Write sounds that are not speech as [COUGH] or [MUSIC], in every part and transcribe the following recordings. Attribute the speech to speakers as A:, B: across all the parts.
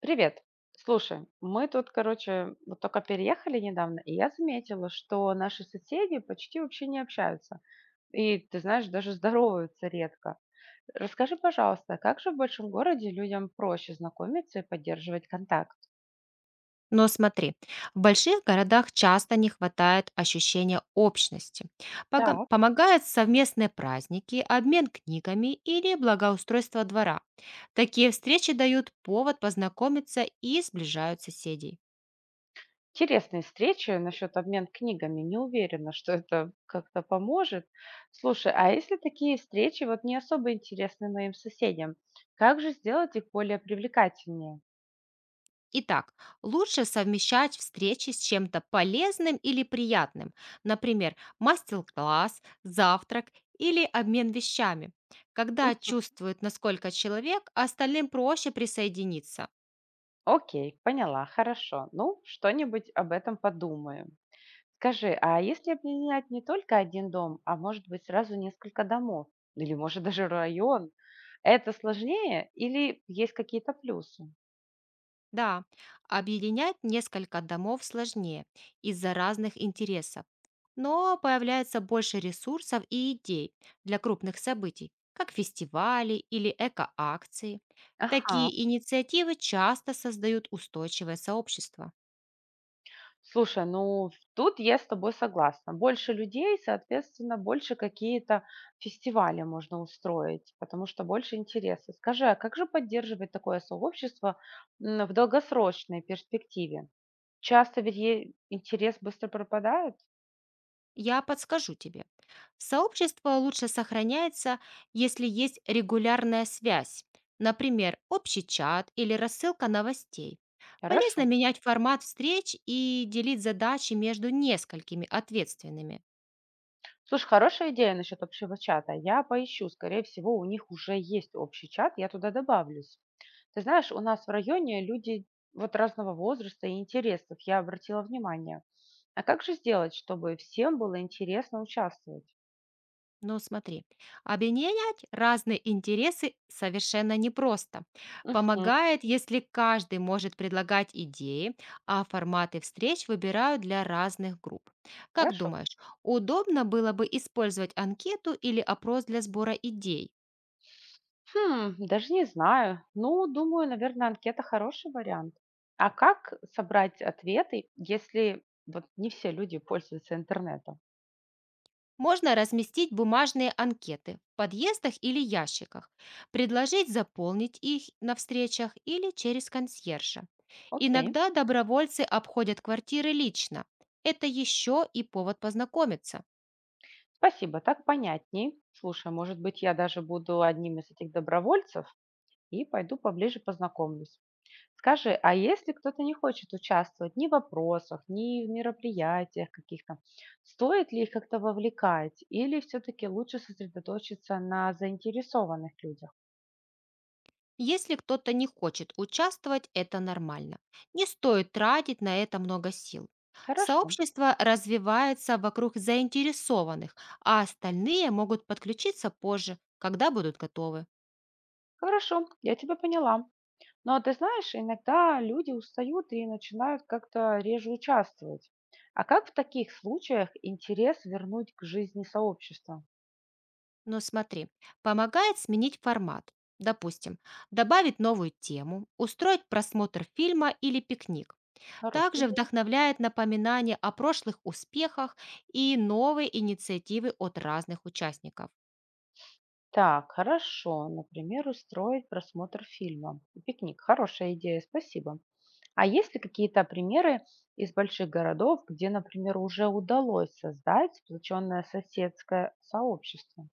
A: Привет. Слушай, мы тут, короче, вот только переехали недавно, и я заметила, что наши соседи почти вообще не общаются. И, ты знаешь, даже здороваются редко. Расскажи, пожалуйста, как же в большом городе людям проще знакомиться и поддерживать контакт?
B: Но смотри, в больших городах часто не хватает ощущения общности.
A: Так.
B: Помогают совместные праздники, обмен книгами или благоустройство двора. Такие встречи дают повод познакомиться и сближают соседей.
A: Интересные встречи насчет обмен книгами. Не уверена, что это как-то поможет. Слушай, а если такие встречи вот не особо интересны моим соседям, как же сделать их более привлекательнее?
B: Итак, лучше совмещать встречи с чем-то полезным или приятным, например, мастер-класс, завтрак или обмен вещами. Когда чувствуют, насколько человек, остальным проще присоединиться.
A: Окей, поняла, хорошо. Ну, что-нибудь об этом подумаю. Скажи, а если объединять не только один дом, а может быть сразу несколько домов, или может [LAUGHS] даже район, это сложнее или есть какие-то плюсы?
B: Да, объединять несколько домов сложнее из-за разных интересов, но появляется больше ресурсов и идей для крупных событий, как фестивали или эко-акции.
A: Ага.
B: Такие инициативы часто создают устойчивое сообщество.
A: Слушай, ну, тут я с тобой согласна. Больше людей, соответственно, больше какие-то фестивали можно устроить, потому что больше интереса. Скажи, а как же поддерживать такое сообщество в долгосрочной перспективе? Часто ведь интерес быстро пропадает.
B: Я подскажу тебе. Сообщество лучше сохраняется, если есть регулярная связь, например, общий чат или рассылка новостей.
A: Хорошо.
B: Полезно менять формат встреч и делить задачи между несколькими ответственными.
A: Слушай, хорошая идея насчет общего чата. Я поищу. Скорее всего, у них уже есть общий чат, я туда добавлюсь. Ты знаешь, у нас в районе люди вот разного возраста и интересов, я обратила внимание. А как же сделать, чтобы всем было интересно участвовать?
B: Но смотри, объединять разные интересы совершенно непросто.
A: М,
B: Помогает, если каждый может предлагать идеи, а форматы встреч выбирают для разных групп. Как
A: Хорошо.
B: думаешь, удобно было бы использовать анкету или опрос для сбора идей?
A: Хм, даже не знаю. Ну, думаю, наверное, анкета хороший вариант. А как собрать ответы, если вот не все люди пользуются интернетом?
B: Можно разместить бумажные анкеты в подъездах или ящиках, предложить заполнить их на встречах или через консьержа.
A: Окей.
B: Иногда добровольцы обходят квартиры лично. Это еще и повод познакомиться.
A: Спасибо, так понятней. Слушай, может быть, я даже буду одним из этих добровольцев и пойду поближе познакомлюсь. Скажи, а если кто-то не хочет участвовать ни в вопросах, ни в мероприятиях каких-то, стоит ли их как-то вовлекать или все-таки лучше сосредоточиться на заинтересованных людях?
B: Если кто-то не хочет участвовать, это нормально. Не стоит тратить на это много сил.
A: Хорошо,
B: Сообщество развивается вокруг заинтересованных, а остальные могут подключиться позже, когда будут готовы.
A: хорошо, я тебя поняла. Но ты знаешь, иногда люди устают и начинают как-то реже участвовать. А как в таких случаях интерес вернуть к жизни сообщества?
B: Но смотри, помогает сменить формат. Допустим, добавить новую тему, устроить просмотр фильма или пикник.
A: Хорошая
B: Также
A: идея.
B: вдохновляет напоминание о прошлых успехах и новые инициативы от разных участников.
A: Так, хорошо. Например, устроить просмотр фильма. Пикник. Хорошая идея, спасибо. А есть ли какие-то примеры из больших городов, где, например, уже удалось создать сплоченное соседское сообщество?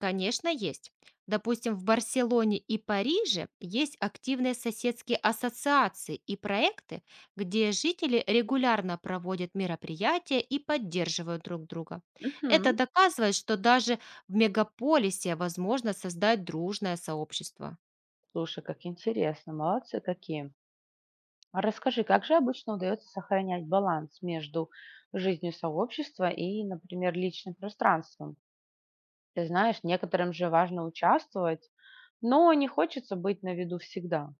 B: Конечно, есть. Допустим, в Барселоне и Париже есть активные соседские ассоциации и проекты, где жители регулярно проводят мероприятия и поддерживают друг друга. Это
A: Мгм.
B: доказывает, что даже в мегаполисе возможно создать дружное сообщество.
A: Слушай, как интересно, молодцы какие. А расскажи, как же обычно удается сохранять баланс между жизнью сообщества и, например, личным пространством? Ты знаешь, некоторым же важно участвовать, но не хочется быть на виду всегда.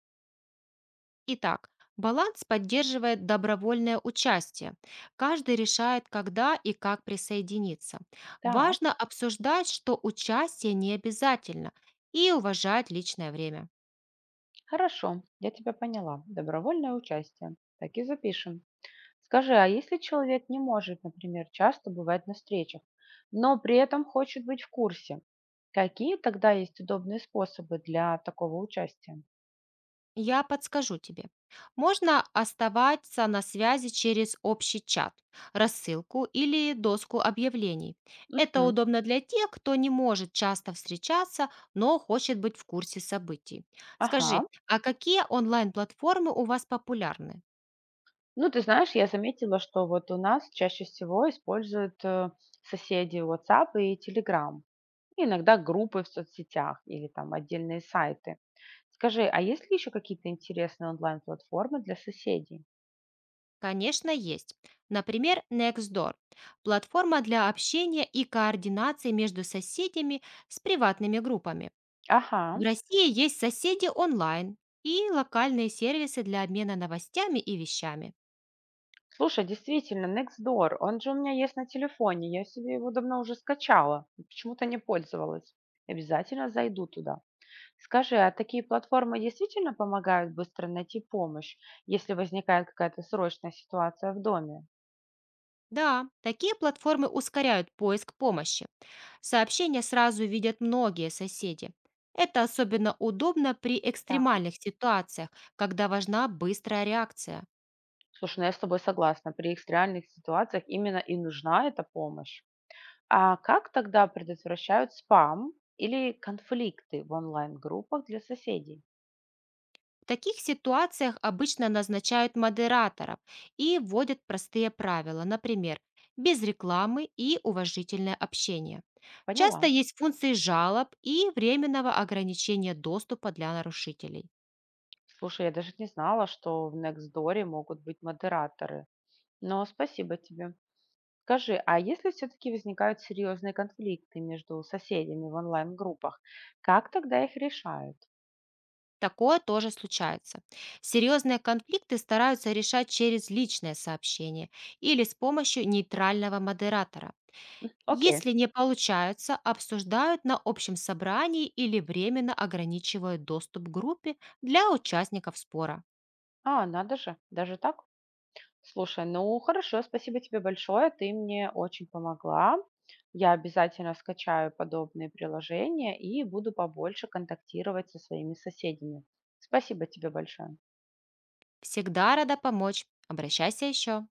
B: Итак, баланс поддерживает добровольное участие. Каждый решает, когда и как присоединиться.
A: Так.
B: Важно обсуждать, что участие не обязательно, и уважать личное время.
A: Хорошо, я тебя поняла. Добровольное участие. Так и запишем. Скажи, а если человек не может, например, часто бывать на встречах, но при этом хочет быть в курсе, какие тогда есть удобные способы для такого участия?
B: Я подскажу тебе. Можно оставаться на связи через общий чат, рассылку или доску объявлений. Это
A: Мгм.
B: удобно для тех, кто не может часто встречаться, но хочет быть в курсе событий.
A: Ага.
B: Скажи, а какие онлайн-платформы у вас популярны?
A: Ну, ты знаешь, я заметила, что вот у нас чаще всего используют соседи WhatsApp и Telegram, и иногда группы в соцсетях или там отдельные сайты. Скажи, а есть ли еще какие-то интересные онлайн-платформы для соседей?
B: Конечно, есть. Например, Nextdoor– платформа для общения и координации между соседями с приватными группами. В
A: Ага.
B: России есть соседи онлайн и локальные сервисы для обмена новостями и вещами.
A: Слушай, действительно, Nextdoor, он же у меня есть на телефоне, я себе его давно уже скачала, и почему-то не пользовалась. Обязательно зайду туда. Скажи, а такие платформы действительно помогают быстро найти помощь, если возникает какая-то срочная ситуация в доме?
B: Да, такие платформы ускоряют поиск помощи. Сообщения сразу видят многие соседи. Это особенно удобно при
A: Так.
B: экстремальных ситуациях, когда важна быстрая реакция.
A: Слушай, ну я с тобой согласна, при экстренных ситуациях именно и нужна эта помощь. А как тогда предотвращают спам или конфликты в онлайн-группах для соседей?
B: В таких ситуациях обычно назначают модераторов и вводят простые правила, например, без рекламы и уважительное общение. Часто
A: Поняла.
B: есть функции жалоб и временного ограничения доступа для нарушителей.
A: Слушай, я даже не знала, что в Nextdoor могут быть модераторы. Но спасибо тебе. Скажи, а если все-таки возникают серьезные конфликты между соседями в онлайн-группах, как тогда их решают?
B: Такое тоже случается. Серьезные конфликты стараются решать через личное сообщение или с помощью нейтрального модератора.
A: Окей.
B: Если не получается, обсуждают на общем собрании или временно ограничивают доступ к группе для участников спора.
A: А, надо же, даже так? Слушай, ну хорошо, спасибо тебе большое, ты мне очень помогла. Я обязательно скачаю подобные приложения и буду побольше контактировать со своими соседями. Спасибо тебе большое.
B: Всегда рада помочь. Обращайся еще.